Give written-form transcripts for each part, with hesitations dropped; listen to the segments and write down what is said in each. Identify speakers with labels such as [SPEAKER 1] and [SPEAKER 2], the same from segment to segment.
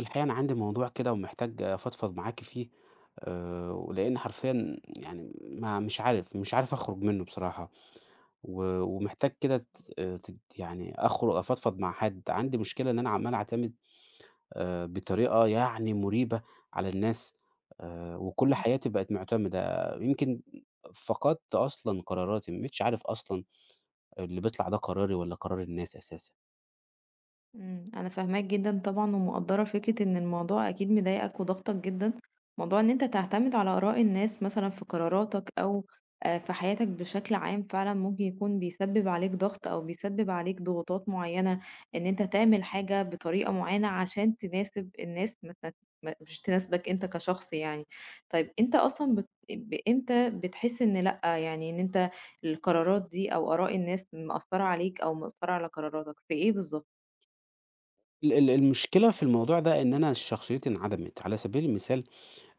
[SPEAKER 1] الحقيقة أنا عندي موضوع كده ومحتاج أفضفض معاكِ فيه، ولإن حرفيًا يعني ما مش عارف أخرج منه بصراحة، و ومحتاج كده ت ت يعني أخرج أفضفض مع حد. عندي مشكلة إن أنا عمّال أعتمد، بطريقة يعني مريبة على الناس، وكل
[SPEAKER 2] إمم،
[SPEAKER 1] حياتي بقت مُعتمدة، يمكن فقدت أصلًا قراراتي، ما بقيتش عارف أصلًا اللي بيطلع ده قراري والّا قرار الناس أساسًا.
[SPEAKER 2] إمم، أنا فاهماك جدًا طبعًا، ومقدّرة فكرة إن الموضوع أكيد مضايقك وضاغطك جدًا. موضوع إن أنت تعتمد على آراء الناس مثلًا في قراراتك أو في حياتك بشكل عام فعلًا ممكن يكون بيسبب عليك ضغط أو بيسبب عليك ضغوطات معيّنة، إن أنت تعمل حاجة بطريقة معيّنة عشان تناسب الناس ما تنا ما مش تناسبك أنت كشخص يعني. طيب أنت أصلًا بت ب إمتى بتحس إن لأ، يعني إن أنت القرارات دي أو آراء الناس مأثّرة عليك أو مأثّرة على قراراتك، في إيه بالضبط؟
[SPEAKER 1] ال المشكلة في الموضوع ده إن أنا شخصيتي انعدمت. على سبيل المثال،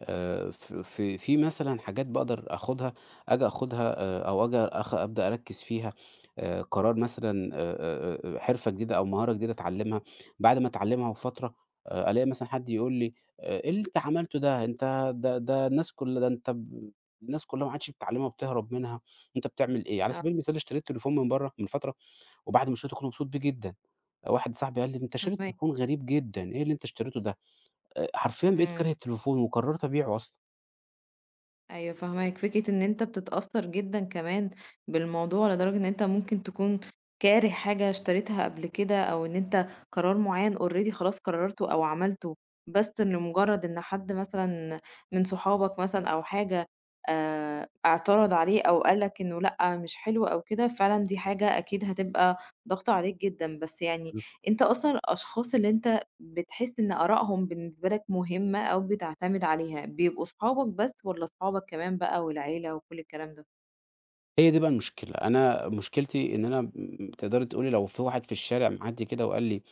[SPEAKER 1] ف في في مثلًا حاجات باقدر آخُدها، آجي آخُدها أو آجي أخ أبدأ أركّز فيها، قرار مثلًا، حرفة جديدة أو مهارة جديدة أتعلّمها. بعد ما أتعلّمها بفترة، ألاقي مثلًا حد يقول لي: إيه اللي أنت عملته ده؟ أنت ده الناس كل ده أنت ب الناس كُلّها ما عادش بتتعلّمها وبتهرب منها، أنت بتعمل إيه؟" على
[SPEAKER 2] آه،
[SPEAKER 1] سبيل المثال اشتريت تليفون من برّه من فترة، وبعد ما شريته كنت مبسوط بيه جدًا. واحد صاحبي قال لي: "أنت شاري
[SPEAKER 2] فاهماك.
[SPEAKER 1] تليفون غريب جدًا، إيه اللي أنت اشتريته ده؟" حرفيًا بقيت كاره
[SPEAKER 2] إمم،
[SPEAKER 1] التليفون وقررت أبيعه أصلًا.
[SPEAKER 2] أيوه فاهماك، فكرة إن أنت بتتأثّر جدًا كمان بالموضوع، لدرجة إن أنت ممكن تكون كاره حاجة اشتريتها قبل كده، أو إن أنت قرار معيّن already خلاص قررته أو عملته، بس لمجرد إن حد مثلًا من صحابك مثلًا أو حاجة اعترض عليه أو قال لك إنه لأ، مش حلو أو كده. فعلًا دي حاجة أكيد هتبقى ضاغطة عليك جدًا، بس يعني
[SPEAKER 1] إمم.
[SPEAKER 2] أنت أصلًا الأشخاص اللي أنت بتحس إن آرائهم بالنسبة لك مهمة أو بتعتمد عليها، بيبقوا صحابك بس والّا صحابك كمان بقى والعيلة وكل الكلام ده؟
[SPEAKER 1] هي دي بقى المشكلة، أنا مشكلتي إن أنا تقدري تقولي لو في واحد في الشارع معدّي كده وقال لي: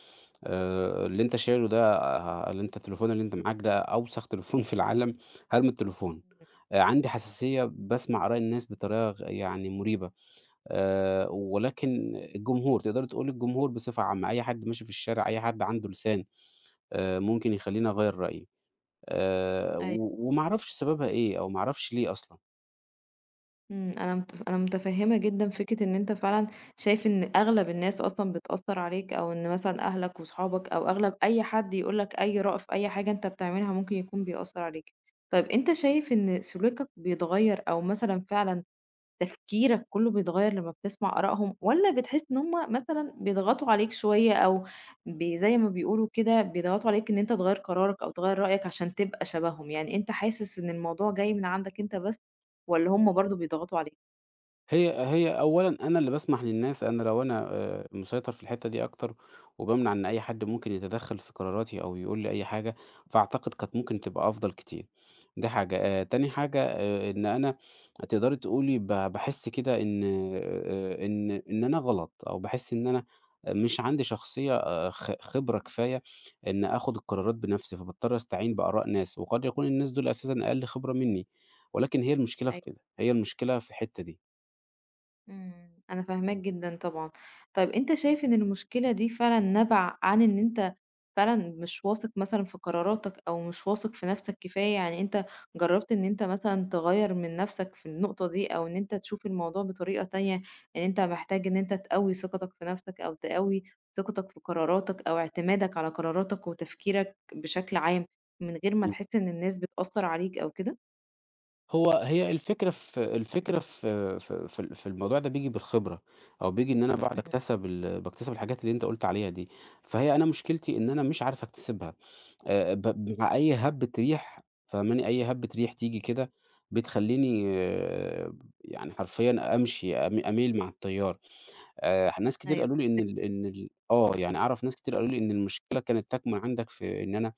[SPEAKER 1] اللي أنت شايله ده، اللي أنت التليفون اللي أنت معاك ده أوسخ تليفون في العالم"، هارمي التليفون.
[SPEAKER 2] إمم،
[SPEAKER 1] عندي حساسية باسمع آراء الناس بطريقة يعني مريبة. ولكن الجمهور، تقدري تقولي الجمهور بصفة عامة، أي حد ماشي في الشارع، أي حد عنده لسان ممكن يخلّيني أغيّر رأيي،
[SPEAKER 2] أيوه
[SPEAKER 1] و وما
[SPEAKER 2] فاهماكِ.
[SPEAKER 1] أعرفش سببها إيه أو ما أعرفش ليه أصلًا.
[SPEAKER 2] أنا مت أنا متفهمة جدًا فكرة إن أنت فعلًا شايف إن أغلب الناس أصلًا بتأثّر عليك، أو إن مثلًا أهلك وصحابك أو أغلب أي حد يقول لك أي رأي في أي حاجة أنت بتعملها ممكن يكون بيأثّر عليك. طيب أنت شايف إن سلوكك بيتغيّر أو مثلًا فعلًا تفكيرك كله بيتغيّر لمّا بتسمع آرائهم، والّا بتحس إن هُم مثلًا بيضغطوا عليك شوية أو زي ما بيقولوا كده بيضغطوا عليك إن أنت تغيّر قرارك أو تغيّر رأيك عشان تبقى شبههم، يعني أنت حاسس إن الموضوع جاي من عندك أنت بس والّا هُم برضه بيضغطوا عليك؟
[SPEAKER 1] هي هي أولًا أنا اللي باسمح للناس. أنا لو أنا مسيطر في الحتّة دي أكتر، وبامنع إن أي حد ممكن يتدخّل في قراراتي أو يقول لي أي حاجة، فأعتقد كانت ممكن تبقى أفضل كتير. دي حاجة. تاني حاجة، إن أنا تقدري تقولي باحس كده إن إن أنا غلط، أو باحس إن أنا مش عندي شخصية خبرة كفاية إن آخُد القرارات بنَفْسي، فباضطر أستعين بآراء ناس، وقد يكون الناس دول أساسًا أقل خبرة منّي. ولكن هي المشكلة في
[SPEAKER 2] أيوه.
[SPEAKER 1] كده، هي المشكلة في الحتّة دي.
[SPEAKER 2] أنا فاهماك جدًا طبعًا. طيب أنت شايف إن المشكلة دي فعلًا نابعة عن إن أنت فعلًا مش واثق مثلًا في قراراتك أو مش واثق في نَفْسك كفاية، يعني أنت جرّبت إن أنت مثلًا تغيّر من نَفْسك في النقطة دي أو إن أنت تشوف الموضوع بطريقة تانية، إن أنت محتاج إن أنت تقوّي ثقتك في نَفْسك أو تقوّي ثقتك في قراراتك أو اعتمادك على قراراتك وتفكيرك بشكل عام، من غير ما تحس إن الناس بتأثّر عليك أو كده؟
[SPEAKER 1] هو هي الفكرة في الفكرة في في في ال في الموضوع ده بييجي بالخبرة، أو بييجي إن أنا باقعد
[SPEAKER 2] إمم،
[SPEAKER 1] أكتسب باكتسب الحاجات اللي أنت قُلت عليها دي. فهي أنا مشكلتي إن أنا مش عارف أكتسبها، ب مع أي هَبّة ريح، فاهماني، أي هَبّة ريح تيجي كده بتخلّيني آه، يعني حرفيًا أمشي أم أميل مع التيار. ناس كتير
[SPEAKER 2] أيوه
[SPEAKER 1] قالوا لي إن
[SPEAKER 2] فاهماك.
[SPEAKER 1] ال إن ال آه، يعني أعرف ناس كتير قالوا لي إن المشكلة كانت تكمن عندك في إن أنا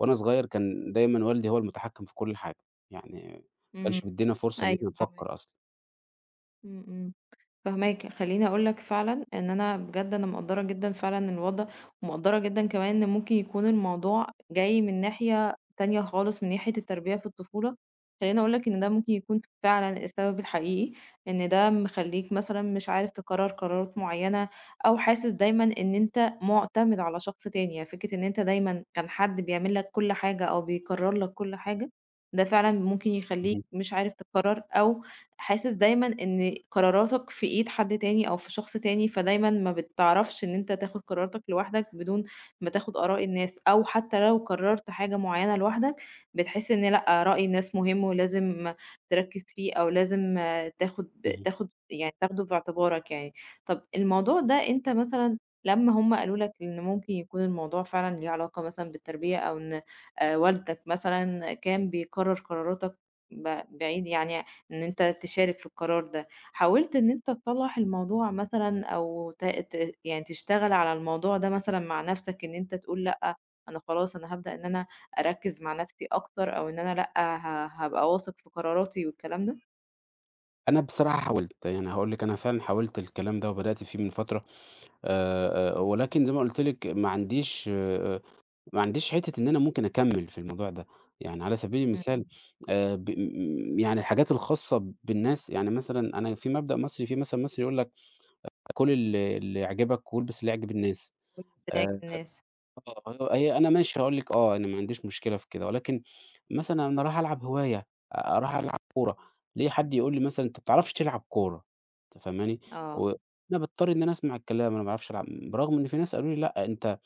[SPEAKER 1] وأنا صغير كان دايمًا والدي هو المتحكم في كل حاجة، يعني ما
[SPEAKER 2] إمم،
[SPEAKER 1] كانش بيدّينا فرصة إن إحنا
[SPEAKER 2] أيوه فاهماك.
[SPEAKER 1] نفكّر أصلًا.
[SPEAKER 2] إمم، إمم. فاهماك، خلّيني أقول لك فعلًا إن أنا بجد مقدّرة جدًا فعلًا الوضع، ومقدّرة جدًا كمان إن ممكن يكون الموضوع جاي من ناحية تانية خالص، من ناحية التربية في الطفولة. خلّيني أقول لك إن ده ممكن يكون فعلًا السبب الحقيقي، إن ده مخلّيك مثلًا مش عارف تقرّر قرارات معيّنة، أو حاسس دايمًا إن أنت مُعتمد على شخص تاني. يعني فكرة إن أنت دايمًا كان حد بيعمل لك كل حاجة أو بيقرّر لك كل حاجة، ده فعلًا ممكن
[SPEAKER 1] اهم،
[SPEAKER 2] يخلّيك مش عارف تقرّر أو حاسس دايمًا إن قراراتك في إيد حد تاني أو في شخص تاني، فدايمًا ما بتعرفش إن أنت تاخد قراراتك لوحدك بدون ما تاخد آراء الناس، أو حتى لو قررت حاجة معينة لوحدك بتحس إن لأ، رأي الناس مهم ولازم تركّز فيه أو لازم تاخد
[SPEAKER 1] اهم.
[SPEAKER 2] تاخد يعني تاخده في اعتبارك يعني. طب الموضوع ده أنت مثلًا لمّا هم قالوا لك إن ممكن يكون الموضوع فعلًا ليه علاقة مثلًا بالتربية أو إن والدك مثلًا كان بيقرر قراراتك بعيد يعني إن أنت تشارك في القرار ده، حاولت إن أنت تصلّح الموضوع مثلًا أو ت ت يعني تشتغل على الموضوع ده مثلًا مع نَفْسك إن أنت تقول لأ، أنا خلاص هابدأ إن أنا أركّز مع نَفْسي أكتر أو إن أنا لأ، هابقى واثق في قراراتي والكلام ده؟
[SPEAKER 1] أنا بصراحة حاولت، يعني هاقول لِك أنا فعلًا حاولت الكلام ده وبدأت فيه من فترة،
[SPEAKER 2] إمم.
[SPEAKER 1] ولكن زي ما قُلت لِك ما عنديش، ما عنديش حتّة إن أنا ممكن أكمّل في الموضوع ده. يعني على سبيل
[SPEAKER 2] إمم،
[SPEAKER 1] المثال، ب م يعني الحاجات الخاصة بالناس، يعني مثلًا أنا في مبدأ مصري، في مثل مصري يقول لك: "كُل اللي يعجبك، والبس اللي يعجب الناس."
[SPEAKER 2] وازعج
[SPEAKER 1] آآ
[SPEAKER 2] الناس.
[SPEAKER 1] آه، هي هي أنا ماشي هاقول لِك آه، أنا ما عنديش مشكلة في كده، ولكن مثلًا أنا رايح ألعب هواية، رايح ألعب كورة، ليه حد يقول لي مثلًا أنت ما بتعرفش تلعب كورة؟ أنت فاهماني؟
[SPEAKER 2] آه.
[SPEAKER 1] وأنا باضطر إن أنا أسمع الكلام، أنا ما باعرفش ألعب، برغم إن في ناس قالوا لي لأ،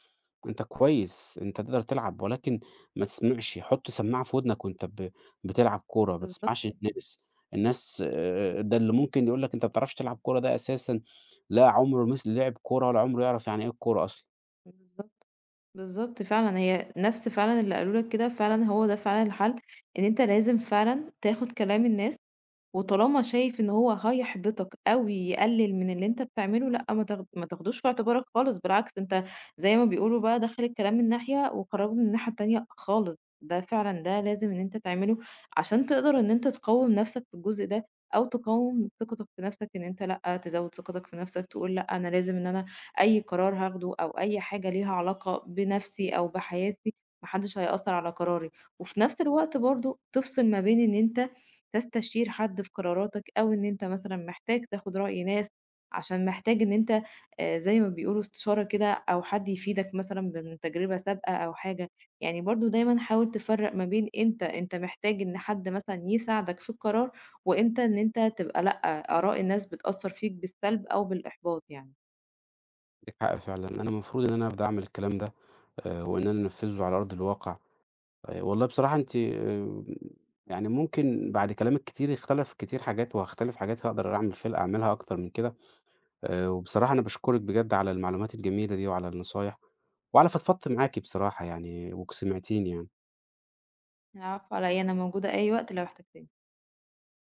[SPEAKER 1] أنت كويس، أنت تقدر تلعب، ولكن ما تسمعش، حُط سماعة في ودنك وأنت بتلعب كورة، ما
[SPEAKER 2] بالضبط،
[SPEAKER 1] تسمعش الناس. الناس ده اللي ممكن يقول لك أنت ما بتعرفش تلعب كورة ده أساسًا لا عمره لعب كورة ولا عمره يعرف يعني إيه الكورة أصلًا.
[SPEAKER 2] بالضبط، بالضبط، فعلًا هي نَفْس فعلًا اللي قالوا لك كده، فعلًا هو ده فعلًا الحل. إن أنت لازم فعلًا تاخُد كلام الناس وطالما شايف إن هو هيحبطك أو يقلل من اللي أنت بتعمله، لأ ما تاخدوش في اعتبارك خالص، بالعكس أنت زي ما بيقولوا بقى دخّل الكلام من ناحية وخرّجه من الناحية التانية خالص. ده فعلًا ده لازم إن أنت تعمله عشان تقدر إن أنت تقوّم نَفْسك في الجزء ده، أو تقوّم ثقتك في نَفْسك. إن أنت لأ، تزوّد ثقتك في نَفْسك، تقول لأ أنا لازم إن أنا أي قرار هاخده أو أي حاجة ليها علاقة بنَفْسي أو بحياتي ما حدّش هيأثّر على قراري، وفي نَفْس الوقت برضه تفصل ما بين إن أنت تستشير حد في قراراتك أو إن أنت مثلًا محتاج تاخد رأي ناس، عشان محتاج إن أنت زي ما بيقولوا استشارة كده، أو حد يفيدك مثلًا من تجربة سابقة أو حاجة. يعني برضه دايمًا حاول تفرّق ما بين إمتى أنت محتاج إن حد مثلًا يساعدك في القرار، وإمتى إن أنت تبقى لأ، آراء الناس بتأثّر فيك بالسلب أو بالإحباط يعني.
[SPEAKER 1] عندِك حق فعلًا، أنا المفروض إن أنا أبدأ أعمل الكلام ده، وإن أنا أنفذه على أرض الواقع. والله بصراحة أنتِ يعني ممكن بعد كلامِك كتير اختلف كتير حاجات، وهاختلف حاجات هاقدر أعملها أكتر من كده. وبصراحة أنا باشكرِك بجد على المعلومات الجميلة دي، وعلى النصايح، وعلى فضفضت معاكِ بصراحة يعني، وك سمعتيني يعني.
[SPEAKER 2] العفو على إيه، أنا موجودة أي وقت لو احتجتني.